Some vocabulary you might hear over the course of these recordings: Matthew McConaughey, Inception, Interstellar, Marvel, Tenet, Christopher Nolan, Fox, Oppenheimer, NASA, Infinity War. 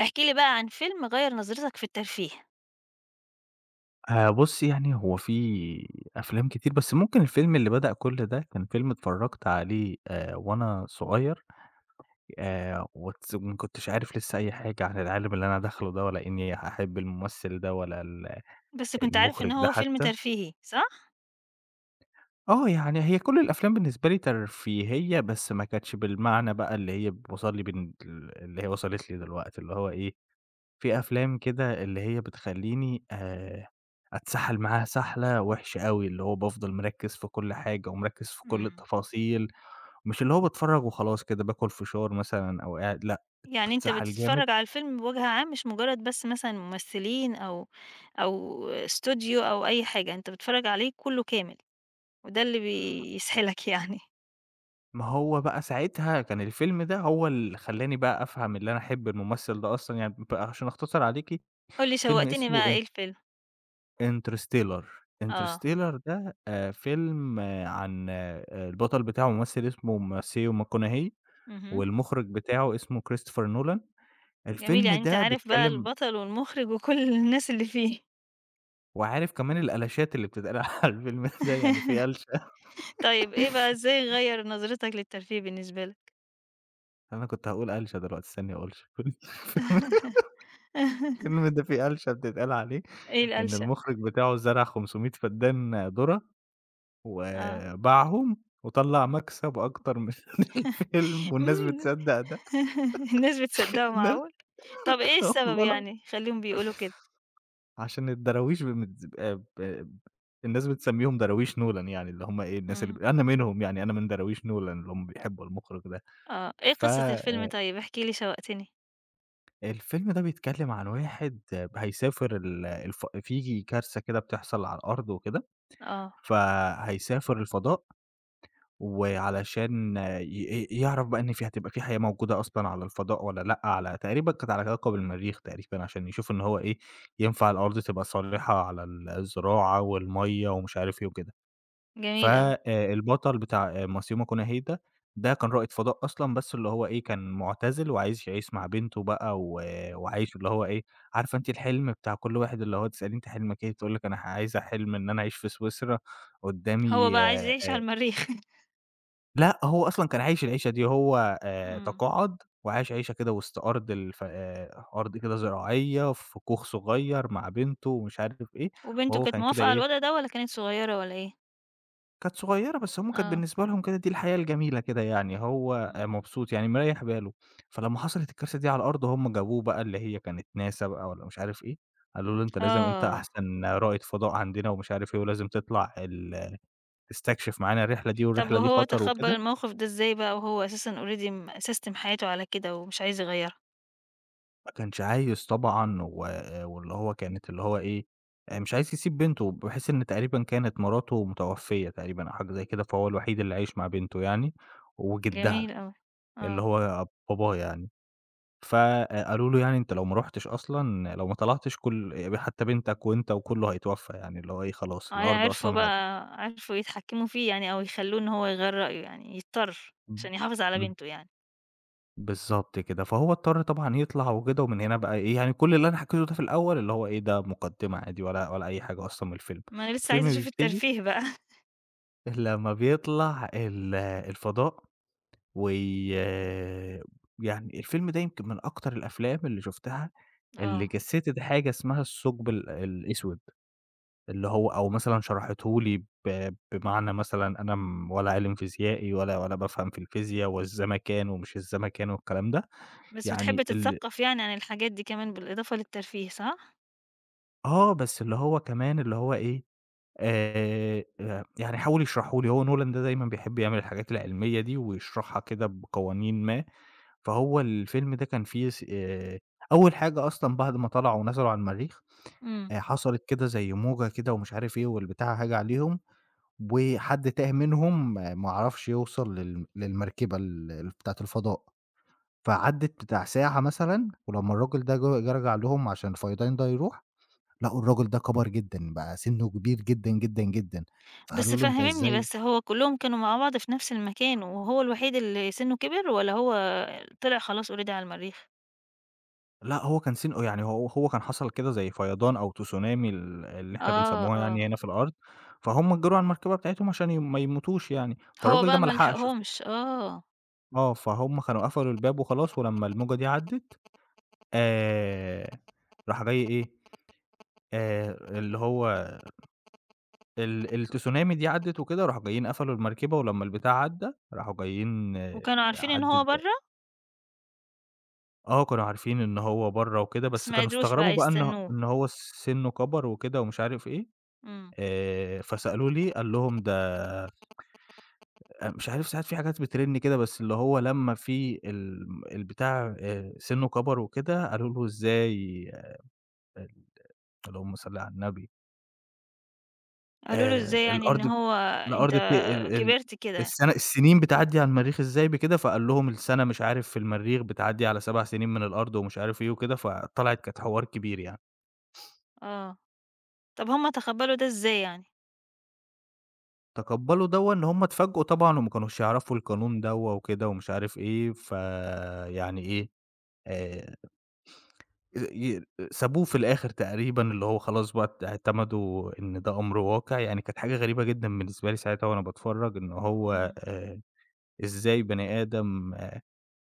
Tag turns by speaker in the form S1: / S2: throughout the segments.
S1: احكِ لي بقى عن فيلم غيّر نظرتك في الترفيه،
S2: بُصّي، يعني هو في أفلام كتير، بس ممكن الفيلم اللي بدأ كل ده كان فيلم اتفرّجت عليه وأنا صغير وتس وما كنتش عارف لسّه أي حاجة عن العالم اللي أنا داخله ده ولا إنّي هاحب الممثل ده ولا
S1: بس كنت عارف
S2: المُخرِج
S1: إن
S2: ده
S1: هو فيلم
S2: حتّى.
S1: ترفيهي، صح؟
S2: آه، يعني هي كل الأفلام بالنسبة لي ترفيهية، بس ما كانتش بالمعنى بقى اللي هي بتوصل لي بن ال اللي هي وصلت لي دلوقتي، اللي هو إيه، في أفلام كده اللي هي بتخلّيني أتسحّل معاها سحلة وِحشة أوي، اللي هو بافضل مركّز في كل حاجة ومركّز في كل
S1: إمم.
S2: التفاصيل، مش اللي هو باتفرّج وخلاص كده باكل فشار مثلًا أو قاعد لأ،
S1: يعني أنت
S2: باتسحّل جامد.
S1: بتتفرّج على الفيلم بوجه عام مش مجرد بس مثلًا ممثلين أو استوديو أو أي حاجة، أنت بتتفرّج عليه كلّه كامل، وده اللي بيسحلك يعني.
S2: ما هو بقى ساعتها كان الفيلم ده هو اللي خلّاني بقى أفهم اللي أنا أحب الممثل ده أصلًا، يعني عشان أختصر عليكِ
S1: قُل لي
S2: فيلم
S1: شوّقتني
S2: اسمه
S1: بقى إيه الفيلم؟
S2: Interstellar.
S1: آه،
S2: Interstellar ده فيلم آه، عن آه، البطل بتاعه ممثل اسمه ماثيو ماكونهي
S1: اهم،
S2: والمُخرِج بتاعه اسمه كريستوفر نولان،
S1: جميل
S2: الفيلم
S1: يعني أنت
S2: ده
S1: عارف بقى
S2: بيتكلّم
S1: البطل والمخرج وكل الناس اللي فيه.
S2: وعارف كمان الألَشات اللي بتتقال على الفيلم ده، يعني في ألشة
S1: طيب إيه بقى إزاي غيّر نظرتك للترفيه بالنسبة لك؟
S2: أنا كنت هاقول ألشة دلوقتي استني أقول الفيلم ده في ألشة بتتقال عليه
S1: إيه
S2: إن
S1: القلشة؟
S2: المُخرِج بتاعه زرع 500 فدان ذرة
S1: آه.
S2: وباعهم وطلّع مكسب أكتر من الفيلم والناس بتصدّق ده،
S1: الناس بتصدّقه
S2: الناس
S1: معقول! طَب إيه السبب
S2: والله
S1: يعني يخلّيهم بيقولوا كده؟
S2: عشان الدراويش ب متز ب ب- الناس بتسميهم دراويش نولان يعني، اللي هم إيه، الناس اللي
S1: إمم،
S2: ب أنا منهم يعني، أنا من دراويش نولان اللي هم بيحبوا المُخرج ده.
S1: آه، إيه قصة الفيلم
S2: فالفيلم
S1: طيب؟ احكِ لي شوقتني.
S2: ده بيتكلّم عن واحد هيسافر ال الف في كارثة كده بتحصل على الأرض وكده،
S1: آه،
S2: فهيسافر الفضاء وعلشان ي ي يعرف بقى إن في هتبقى في حياة موجودة أصلًا على الفضاء والّا لأ، على تقريبًا كانت على كوكب المريخ تقريبًا عشان يشوف إن هو إيه، ينفع الأرض تبقى صالحة على الزراعة والمَيّة ومش عارف إيه وكده. ف
S1: جميل أوي.
S2: البطل بتاع Masayume Konohei ده، ده كان رائد فضاء أصلًا، بس اللي هو إيه، كان مُعتزل وعايش يعيش مع بنته بقى وعايش اللي هو إيه، عارفة أنتِ الحلم بتاع كل واحد اللي هو تسأليه أنتِ حلمِك إيه، تقول لِك أنا عايزة حلم إن أنا أعيش في سويسرا
S1: هو
S2: قدّامي
S1: بقى عايز يعيش على المريخ.
S2: لأ، هو أصلًا كان عايش العيشة دي، هو
S1: إمم،
S2: تقاعد وعاش عيشة كده وسط أرض كده زراعية في كوخ صغير مع بنته ومش عارف إيه،
S1: وبنته
S2: وهو
S1: كانت
S2: كان كده
S1: موافقة على
S2: إيه
S1: الوضع ده والّا كانت صغيّرة والّا إيه؟
S2: كانت صغيّرة، بس هم كانت
S1: آه،
S2: بالنسبة لهم كده دي الحياة الجميلة كده يعني، هو
S1: إمم.
S2: مبسوط يعني مريّح باله، فلمّا حصلت الكارثة دي على الأرض هم جابوه بقى اللي هي كانت ناسا بقى والّا مش عارف إيه، قالوا له أنت لازم أنت
S1: آه،
S2: أحسن رائد فضاء عندنا ومش عارف إيه، ولازم تطلع تستكشف معانا الرحلة دي،
S1: طَب
S2: والرحلة دي
S1: وهو
S2: خطر
S1: تقبّل
S2: وكده،
S1: الموقف ده إزاي بقى وهو أساسًا already ساستم حياته على كده ومش عايز يغيّرها؟
S2: ما كانش عايز طبعًا واللي هو كانت اللي هو إيه، مش عايز يسيب بنته، بحيث إن تقريبًا كانت مراته متوفية تقريبًا أو حاجة زي كده، فهو الوحيد اللي عايش مع بنته يعني، وجدّها
S1: جميل أوي،
S2: اللي
S1: آه،
S2: هو باباه يعني. فقالوا له يعني أنت لو ما رُحتش أصلًا لو ما طلعتش كل حتى بنتك وأنت وكُلّه هيتوفّى، يعني اللي هو إيه خلاص
S1: ع
S2: الأرض
S1: عرفوا
S2: أصلًا هت
S1: بقى عرفوا يتحكّموا فيه يعني أو يخلّوه إن هو يغيّر رأيه يعني، يضطر عشان يحافظ على
S2: إمم،
S1: بنته يعني.
S2: بالضبط كده، فهو اضطر طبعًا يطلع وكده، ومن هنا بقى إيه، يعني كل اللي أنا حكيته ده في الأول اللي هو إيه ده مقدمة عادي ولا أي حاجة أصلًا من الفيلم،
S1: ما أنا لسه عايزة
S2: الفيلم
S1: أشوف
S2: بيبتدي
S1: الترفيه بقى،
S2: لمّا بيطلع الفضاء وي يعني الفيلم ده يمكن من أكتر الأفلام اللي شُفتها اللي
S1: آه،
S2: جسّدت حاجة اسمها الثقب الأسود. اللي هو أو مثلًا شرحته لي بمعنى مثلًا أنا ولا عالم فيزيائي ولا بافهم في الفيزيا والزمكان ومش الزمكان والكلام ده،
S1: بس بتحب
S2: يعني
S1: تتثقّف يعني عن الحاجات دي كمان بالإضافة للترفيه صح؟
S2: آه، بس اللي هو كمان اللي هو إيه، آآ، يعني حاول يشرحه لي، هو نولان ده دايمًا بيحب يعمل الحاجات العلمية دي ويشرحها كده بقوانين ما، فهو الفيلم ده كان فيه س أول حاجة أصلًا بعد ما طلعوا ونزلوا على المريخ،
S1: إمم،
S2: حصلت كده زي موجة كده ومش عارف إيه والبتاع هاج عليهم وحد تاه منهم ما عرفش يوصل للمركبة بتاعة الفضاء، فعدِّت بتاع ساعة مثلًا، ولمّا الراجل ده جه رجع لهم عشان الفيضان ده يروح، لقوا الراجل ده كَبَر جدًا، بقى سِنُّه كبير جدًا، جدًا، جدًا،
S1: بس
S2: فقالوا له: "أنت
S1: فهّمِني
S2: إزاي"
S1: بس هو كلّهم كانوا مع بعض في نفس المكان وهو الوحيد اللي سِنُّه كبِر والّا هو طلع خلاص already على المريخ؟
S2: لأ هو كان سِنُّه يعني هو كان حصل كده زي فيضان أو تسونامي اللي إحنا
S1: آه،
S2: بنسمّوها
S1: آه،
S2: يعني هنا في الأرض، فهُم اتجروا على المركبة بتاعتهم عشان ما يموتوش يعني،
S1: هو
S2: فالراجل ده
S1: بقى
S2: ما
S1: ما
S2: لحقش
S1: لحقهمش، آه،
S2: آه، فهُم كانوا قفلوا الباب وخلاص، ولمّا الموجة دي عدِّت آآ، راح جاي إيه، اللي هو التسونامي دي عدِّت وكده، راحوا جايين قفلوا المركبة، ولمّا البتاع عدّى، راحوا جايين آه،
S1: وكانوا عارفين إن
S2: عدِّت
S1: هو
S2: بقى
S1: برّه
S2: آه، كانوا عارفين إن هو برّه وكده،
S1: بس
S2: بس
S1: ما
S2: كانوا
S1: قدروش
S2: استغربوا
S1: بقى
S2: بقى إن
S1: يستنّوه،
S2: إن هو سِنُّه كَبَر وكده ومش عارف إيه،
S1: إمم.
S2: فسألوه ليه، قال لهم ده آه، مش عارف ساعات في حاجات بترِن كده، بس اللي هو لمّا في البتاع سِنُّه كَبَر وكده، قالوا له إزاي آه، اللهم صل على النبي.
S1: قالوا له
S2: آآ
S1: إزاي يعني إن
S2: الأرض ب
S1: هو أنت
S2: الأرض بت ال ال
S1: كبرت كده؟
S2: السنة السنين بتعدّي على المريخ إزاي بكده، فقال لهم السنة مش عارف في المريخ بتعدّي على 7 سنين من الأرض ومش عارف إيه وكده، فطلعت كانت حوار كبير يعني.
S1: آه، طَب هُم تقبّلوا ده إزاي يعني؟
S2: تقبّلوا دوّة إن هم اتفاجئوا طبعًا وما كانوش يعرفوا القانون دوّة وكده ومش عارف إيه، فيعني إيه، آآ ي سابوه في الآخر تقريبًا اللي هو خلاص بقى اعتمدوا إن ده أمر واقع، يعني كانت حاجة غريبة جدًا بالنسبة لي ساعتها وأنا باتفرّج إن هو
S1: إمم.
S2: إزاي بني آدم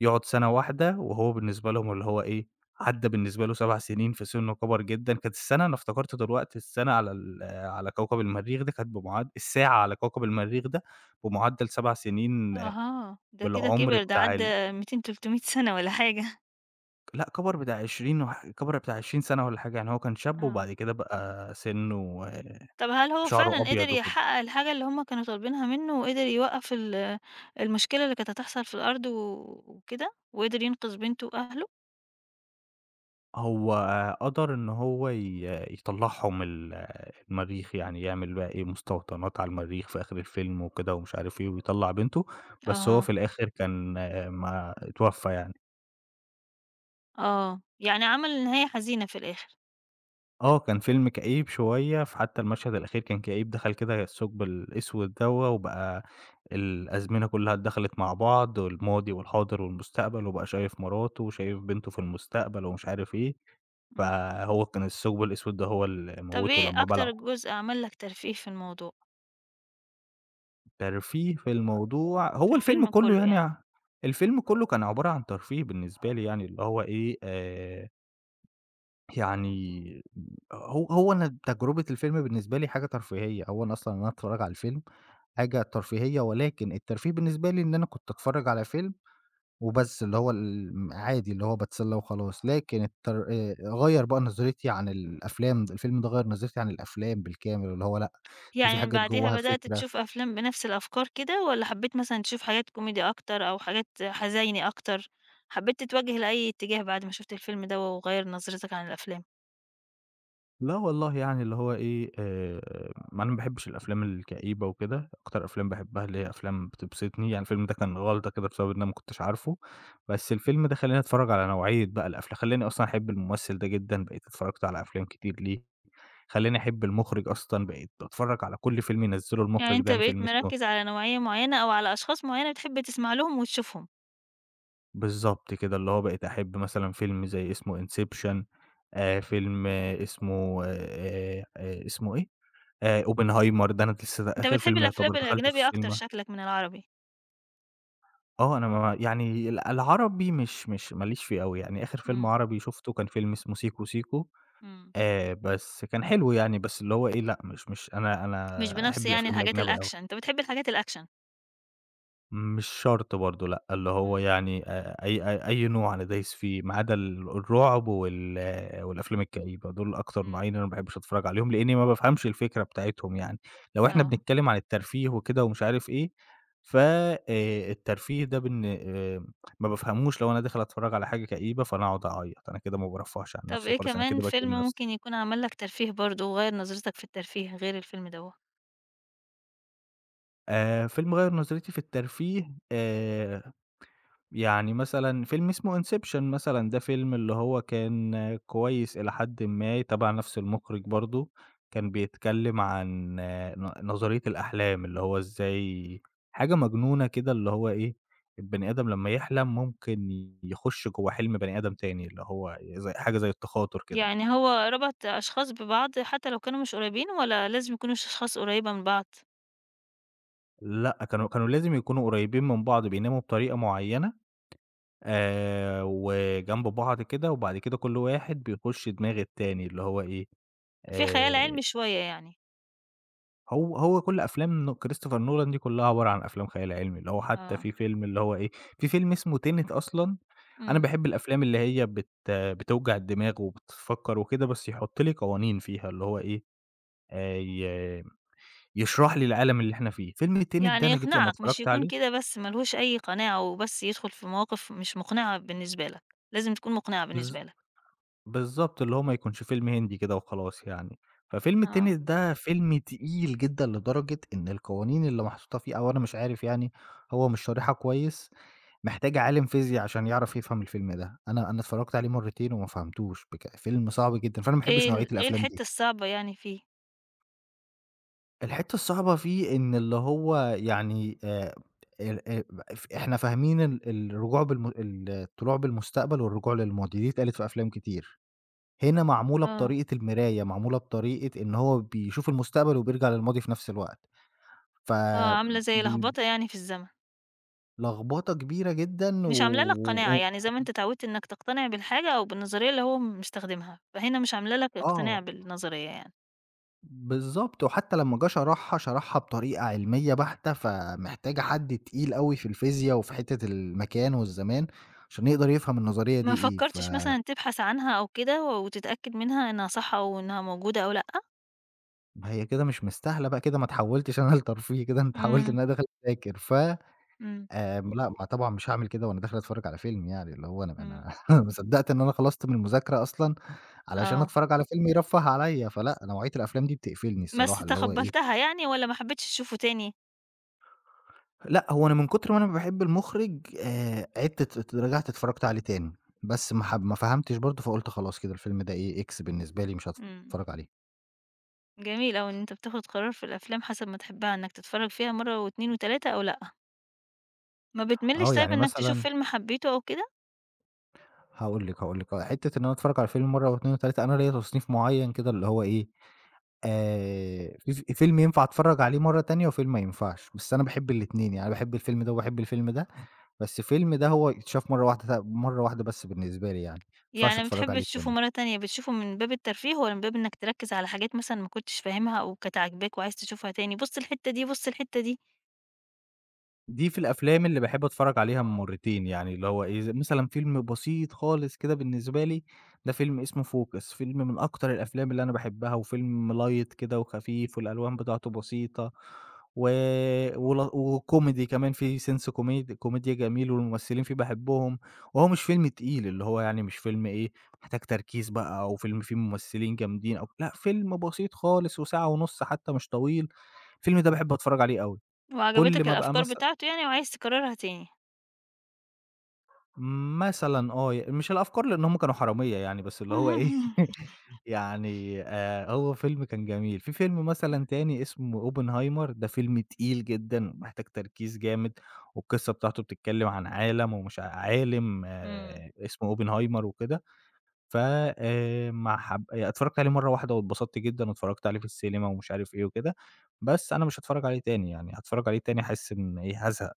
S2: يقعد سَنة واحدة، وهو بالنسبة لهم اللي هو إيه، عدّى بالنسبة له 7 سنين في سِنّه كَبَر جدًا، كانت السَنة أنا افتكرت دلوقتي السَنة على على كوكب المريخ ده كانت بمعد الساعة على كوكب المريخ ده بمعدّل 7 سنين
S1: أها، ده كده
S2: بالعُمر
S1: كِبِر، ده
S2: بتاع
S1: عدّى 200، 300 سَنة والّا حاجة.
S2: لأ كَبَر بتاع 20 سَنة والّا حاجة، يعني هو كان شاب
S1: آه.
S2: وبعد كده بقى سِنّه
S1: طَب هل هو
S2: شعره
S1: فعلًا قدر
S2: أبيض وكده.
S1: يحقق الحاجة اللي هم كانوا طالبينها منه وقدر يوقّف المشكلة اللي كانت هتحصل في الأرض وكده، وقدر ينقذ بنته وأهله؟
S2: هو قدر إن هو يطلّعهم المريخ، يعني يعمل بقى إيه، مستوطنات على المريخ في آخر الفيلم وكده ومش عارف إيه ويطلّع بنته، بس هو
S1: أها.
S2: في الآخر كان آه، ما اتوفّى يعني.
S1: آه، يعني عمل نهاية حزينة في الآخر.
S2: آه، كان فيلم كئيب شوية، فحتى المشهد الأخير كان كئيب، دخل كده الثقب الأسود دوّة وبقى الأزمنة كلّها اتدخلت مع بعض والماضي والحاضر والمستقبل وبقى شايف مراته وشايف بنته في المستقبل ومش عارف إيه،
S1: إمم.
S2: فهو كان الثقب الأسود ده هو اللي
S1: طَب
S2: موّته
S1: إيه
S2: لمّا
S1: أكتر
S2: بلعه.
S1: جزء عمل لك ترفيه في الموضوع،
S2: ترفيه في الموضوع
S1: في
S2: هو الفيلم
S1: الفيلم
S2: كلّه
S1: كُلّه
S2: يعني
S1: يعني؟
S2: الفيلم كلّه كان عبارة عن ترفيه بالنسبة لي يعني، اللي هو إيه، يعني هو أنا تجربة الفيلم بالنسبة لي حاجة ترفيهية، أولًا أصلًا إن أنا أتفرّج على الفيلم حاجة ترفيهية، ولكن الترفيه بالنسبة لي إن أنا كنت أتفرّج على فيلم وبس، اللي هو عادي اللي هو باتسلّى وخلاص، لكن التر غيّر بقى نظرتي عن الأفلام، الفيلم ده غيّر نظرتي عن الأفلام بالكامل، اللي هو لأ، دي في
S1: يعني من
S2: حاجات
S1: بعديها
S2: جوّاها
S1: بدأت
S2: فكرة
S1: تشوف أفلام بنفس الأفكار كده، والّا حبيت مثلًا تشوف حاجات كوميدي أكتر أو حاجات حزيني أكتر؟ حبيت تتوجه لأي اتجاه بعد ما شُفت الفيلم ده وغيّر نظرتك عن الأفلام؟
S2: لأ والله يعني اللي هو إيه، ما أنا ما باحبش الأفلام الكئيبة وكده، أكتر أفلام باحبها اللي هي أفلام بتبسطني، يعني الفيلم ده كان غلطة كده بسبب إن أنا ما كنتش عارفه، بس الفيلم ده خلّاني أتفرّج على نوعية بقى خلّاني أصلًا أحب الممثل ده جدًا، بقيت اتفرّجت على أفلام كتير ليه، خلّاني أحب المُخرِج أصلًا، بقيت أتفرّج على كل فيلم ينزّله
S1: يعني
S2: المُخرِج ده،
S1: أنت
S2: يعني
S1: بقيت
S2: فيلم اسمه
S1: مركّز على نوعية معينة أو على أشخاص معينة بتحب تسمع لهم وتشوفهم،
S2: بالضبط كده، اللي هو بقيت أحب مثلًا فيلم زي اسمه Inception فيلم آه، اسمه اسمه إيه؟ Oppenheimer ده أنا لسه ده
S1: أنت
S2: آخر
S1: بتحب
S2: فيلم يعتبر
S1: الأفلام
S2: دخلته في
S1: الأجنبي أكتر
S2: السينما.
S1: شكلك من العربي.
S2: آه، أنا ما يعني العربي مش ما ليش فيه أوي، يعني آخر فيلم
S1: إمم،
S2: عربي شُفته كان فيلم اسمه سيكو سيكو،
S1: إمم.
S2: بس كان حلو يعني، بس اللي هو إيه، لأ مش أنا
S1: مش
S2: أنا
S1: بنفس
S2: أحب
S1: يعني
S2: الأفلام
S1: الحاجات
S2: الأجنبي أوي.
S1: الأكشن، أنت بتحب الحاجات الأكشن.
S2: مش شرط برضه لأ، اللي هو
S1: إمم،
S2: يعني أي نوع أنا دايس فيه، ما عدا الرعب والأفلام الكئيبة، دول أكتر
S1: إمم،
S2: نوعين أنا ما باحبش أتفرّج عليهم، لإني ما بافهمش الفكرة بتاعتهم يعني. لو إحنا
S1: آه.
S2: بنتكلم عن الترفيه وكده ومش عارف إيه، ف الترفيه ده بن ما بافهموش لو أنا داخل أتفرّج على حاجة كئيبة فأنا أقعد أعيّط، أنا كده ما بارفّهش عن
S1: طَب
S2: نَفْسي
S1: إيه
S2: خالص، أنا
S1: كمان
S2: كده باكئب
S1: فيلم
S2: نَفْسي.
S1: ممكن يكون عمل لك ترفيه برضه وغيّر نظرتك في الترفيه غير الفيلم دوّة؟
S2: فيلم غيّر نظرتي في الترفيه آآ يعني مثلًا فيلم اسمه Inception مثلًا، ده فيلم اللي هو كان كويس إلى حدٍ ما، تبع نفس المُخرِج برضه، كان بيتكلّم عن آه، نظرية الأحلام، اللي هو إزاي حاجة مجنونة كده اللي هو إيه، البني آدم لمّا يحلم ممكن يخُش جوّه حلم بني آدم تاني، اللي هو زي حاجة زي التخاطُر كده.
S1: يعني هو ربط أشخاص ببعض حتى لو كانوا مش قريبين والّا لازم يكونوا أشخاص قريبة من بعض؟
S2: لأ، كانوا لازم يكونوا قريّبين من بعض، بيناموا بطريقة معيّنة وجنب بعض كده، وبعد كده كل واحد بيخُش دماغ التاني، اللي هو إيه،
S1: في خيال
S2: آآ
S1: علمي شوية يعني،
S2: هو كل أفلام كريستوفر نولان دي كلّها عبارة عن أفلام خيال علمي، اللي هو حتى
S1: آه،
S2: في فيلم اللي هو إيه، في فيلم اسمه tenet أصلًا، أنا
S1: إمم،
S2: باحب الأفلام اللي هي بتوجع الدماغ وبتفكّر وكده، بس يحُط لي قوانين فيها، اللي هو إيه، ي يشرح لي العالم اللي إحنا فيه. فيلم tenet ده
S1: يعني
S2: أنا جيت لمّا
S1: يقنعك مش
S2: اتفرّجت
S1: يكون
S2: عليه
S1: كده بس ما لهوش أي قناعة وبس يدخل في مواقف مش مقنعة بالنسبة لك، لازم تكون مقنعة
S2: بالض
S1: بالنسبة لك،
S2: بالضبط، اللي هو ما يكونش فيلم هندي كده وخلاص يعني. ففيلم tenet
S1: آه،
S2: ده فيلم تقيل جدًا لدرجة إن القوانين اللي محطوطة فيه أو أنا مش عارف هو مش شارحها كويس محتاج عالم فيزيا عشان يعرف يفهم الفيلم ده، أنا اتفرّجت عليه مرّتين وما فهمتوش، بك فيلم صعب جدًا، فأنا ما
S1: إيه
S2: باحبش نوعية
S1: ال إيه
S2: الأفلام دي.
S1: الحتة الصعبة يعني فيه؟
S2: الحتّة الصعبة فيه إن اللي هو ال ف إحنا فاهمين الرجوع بالم ال الطلوع بالمستقبل والرجوع للماضي، دي اتقالت في أفلام كتير، هنا معمولة
S1: آه،
S2: بطريقة المراية، معمولة بطريقة إن هو بيشوف المستقبل وبيرجع للماضي في نفس الوقت. ف
S1: آه، عاملة زي
S2: ب
S1: لخبطة يعني في الزمن،
S2: لخبطة كبيرة جدًا و
S1: مش عاملة لك قناعة،
S2: و
S1: يعني زي ما أنت اتعودت إنك تقتنع بالحاجة أو بالنظرية اللي هو مستخدمها، فهنا مش عاملة لك
S2: آه.
S1: اقتناع بالنظرية يعني.
S2: بالضبط، وحتى لمّا جه شرحها، شرحها بطريقة علمية بحتة، فمحتاجة حد تقيل أوي في الفيزيا وفي حتّة المكان والزمان، عشان يقدر يفهم النظرية دي
S1: ما
S2: إيه.
S1: فكرتش مثلًا تبحث عنها أو كده وتتأكد منها إنها صح أو إنها موجودة أو لأ؟
S2: ما هي كده مش مستاهلة بقى كده ما اتحولتش أنا لترفيه كده، أنا اتحولت
S1: إمم،
S2: إن أنا داخل أذاكر. ف
S1: إمم،
S2: آمم، لأ ما طبعًا مش هاعمل كده وأنا داخل أتفرّج على فيلم يعني، اللي هو أنا
S1: إمم،
S2: أنا ما صدّقت إن أنا خلصت من المذاكرة أصلًا علشان
S1: آه،
S2: أتفرّج على فيلم يرفّه عليّا، فلأ نوعية الأفلام دي بتقفلني
S1: بس
S2: الصراحة، اللي هو إيه.
S1: تقبلتها يعني والّا ما حبيتش تشوفه تاني؟
S2: لأ، هو أنا من كتر ما أنا باحب المُخرِج عِدت رجعت اتفرّجت عليه تاني، بس ما فهمتش برضه فقُلت خلاص كده الفيلم ده إيه، X بالنسبة لي مش
S1: إمم،
S2: هاتفرّج عليه.
S1: جميل أوي إن أنت بتاخد قرار في الأفلام حسب ما تحبها، إنك تتفرج فيها مرة و2 و3 أو لأ. ما بتملش
S2: آه،
S1: طيب
S2: يعني
S1: إنك تشوف
S2: مثلًا
S1: فيلم حبيته أو كده؟
S2: هاقول لِك آه، حتّة إن أنا أتفرّج على الفيلم مرّة و2 و3 أنا ليّا تصنيف معيّن كده اللي هو إيه، في ف فيلم ينفع أتفرّج عليه مرّة تانية وفيلم ما ينفعش، بس أنا باحب الاتنين، يعني باحب الفيلم ده وباحب الفيلم ده، بس فيلم ده هو يتشاف مرّة واحدة بس بالنسبة لي يعني، ما ينفعش
S1: يعني
S2: أتفرّج
S1: بتحب
S2: عليه
S1: تشوفه
S2: تاني.
S1: مرة تانية، بتشوفه من باب الترفيه والّا من باب إنك تركز على حاجات مثلًا ما كنتش فاهمها أو كانت عاجباك وعايز تشوفها تاني، بُص الحتة دي، بُص الحتة دي،
S2: دي في الأفلام اللي باحب أتفرّج عليها مرّتين، يعني اللي هو إيه، ز مثلًا فيلم بسيط خالص كده بالنسبة لي، ده فيلم اسمه فوكس، فيلم من أكتر الأفلام اللي أنا باحبها، وفيلم light كده وخفيف والألوان بتاعته بسيطة، و ول وكوميدي كمان فيه سِنس كوميديا جميل والممثلين فيه باحبهم، وهو مش فيلم تقيل، اللي هو يعني مش فيلم إيه، محتاج تركيز بقى أو فيلم فيه ممثلين جامدين أو لأ، فيلم بسيط خالص وساعة ونُص حتى مش طويل، الفيلم ده باحب أتفرّج عليه أوي. كل
S1: وعجبتك
S2: ما أبقى
S1: الأفكار
S2: مثلًا
S1: بتاعته يعني وعايز تكررها تاني؟
S2: مثلًا آه، ي مش الأفكار لإن هم كانوا حرامية يعني، بس اللي هو إيه.
S1: اهم.
S2: يعني هو فيلم كان جميل. في فيلم مثلًا تاني اسمه "أوبنهايمر"، ده فيلم تقيل جدًا ومحتاج تركيز جامد، والقصة بتاعته بتتكلم عن عالم ومش عالم
S1: إمم.
S2: اسمه أوبنهايمر وكده. ف ما حب اتفرجت عليه مرة واحدة واتبسطت جدًا واتفرجت عليه في السينما ومش عارف إيه وكده، بس أنا مش هاتفرج عليه تاني يعني، هاتفرج عليه تاني هاحس إن إيه، هازهق.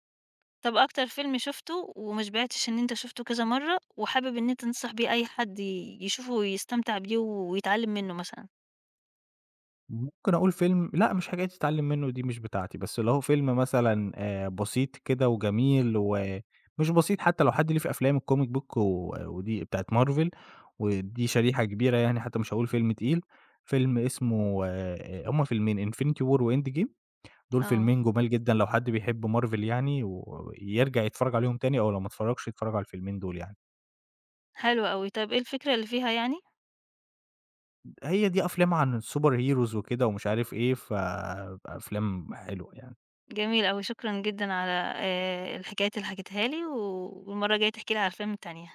S1: طب أكتر فيلم شُفته وما شبعتش إن أنت شُفته كذا مرّة وحابب إن أنت تنصح بيه أي حد يشوفه ويستمتع بيه ويتعلّم منّه مثلًا؟
S2: ممكن أقول فيلم لأ مش حاجات تتعلّم منّه دي مش بتاعتي، بس اللي هو فيلم مثلًا بسيط كده وجميل ومش بسيط حتى لو حد ليه في أفلام الcomic book ودي بتاعة مارفل ودي شريحة كبيرة يعني حتى مش هاقول فيلم تقيل، فيلم اسمه هُم فيلمين Infinity War وEnd Game، دول
S1: آه،
S2: فيلمين جُمال جدًا لو حد بيحب مارفل يعني ويرجع يتفرّج عليهم تاني أو لو ما اتفرّجش يتفرّج على الفيلمين دول يعني.
S1: حلو أوي. طب إيه الفكرة اللي فيها يعني؟
S2: هي دي أفلام عن الsuper heroes وكده ومش عارف إيه، فأفلام حلوة يعني.
S1: جميل أوي، شكرًا جدًا على الحكايات اللي حكيتها لي والمرّة الجاية تحكي لي على الأفلام التانية.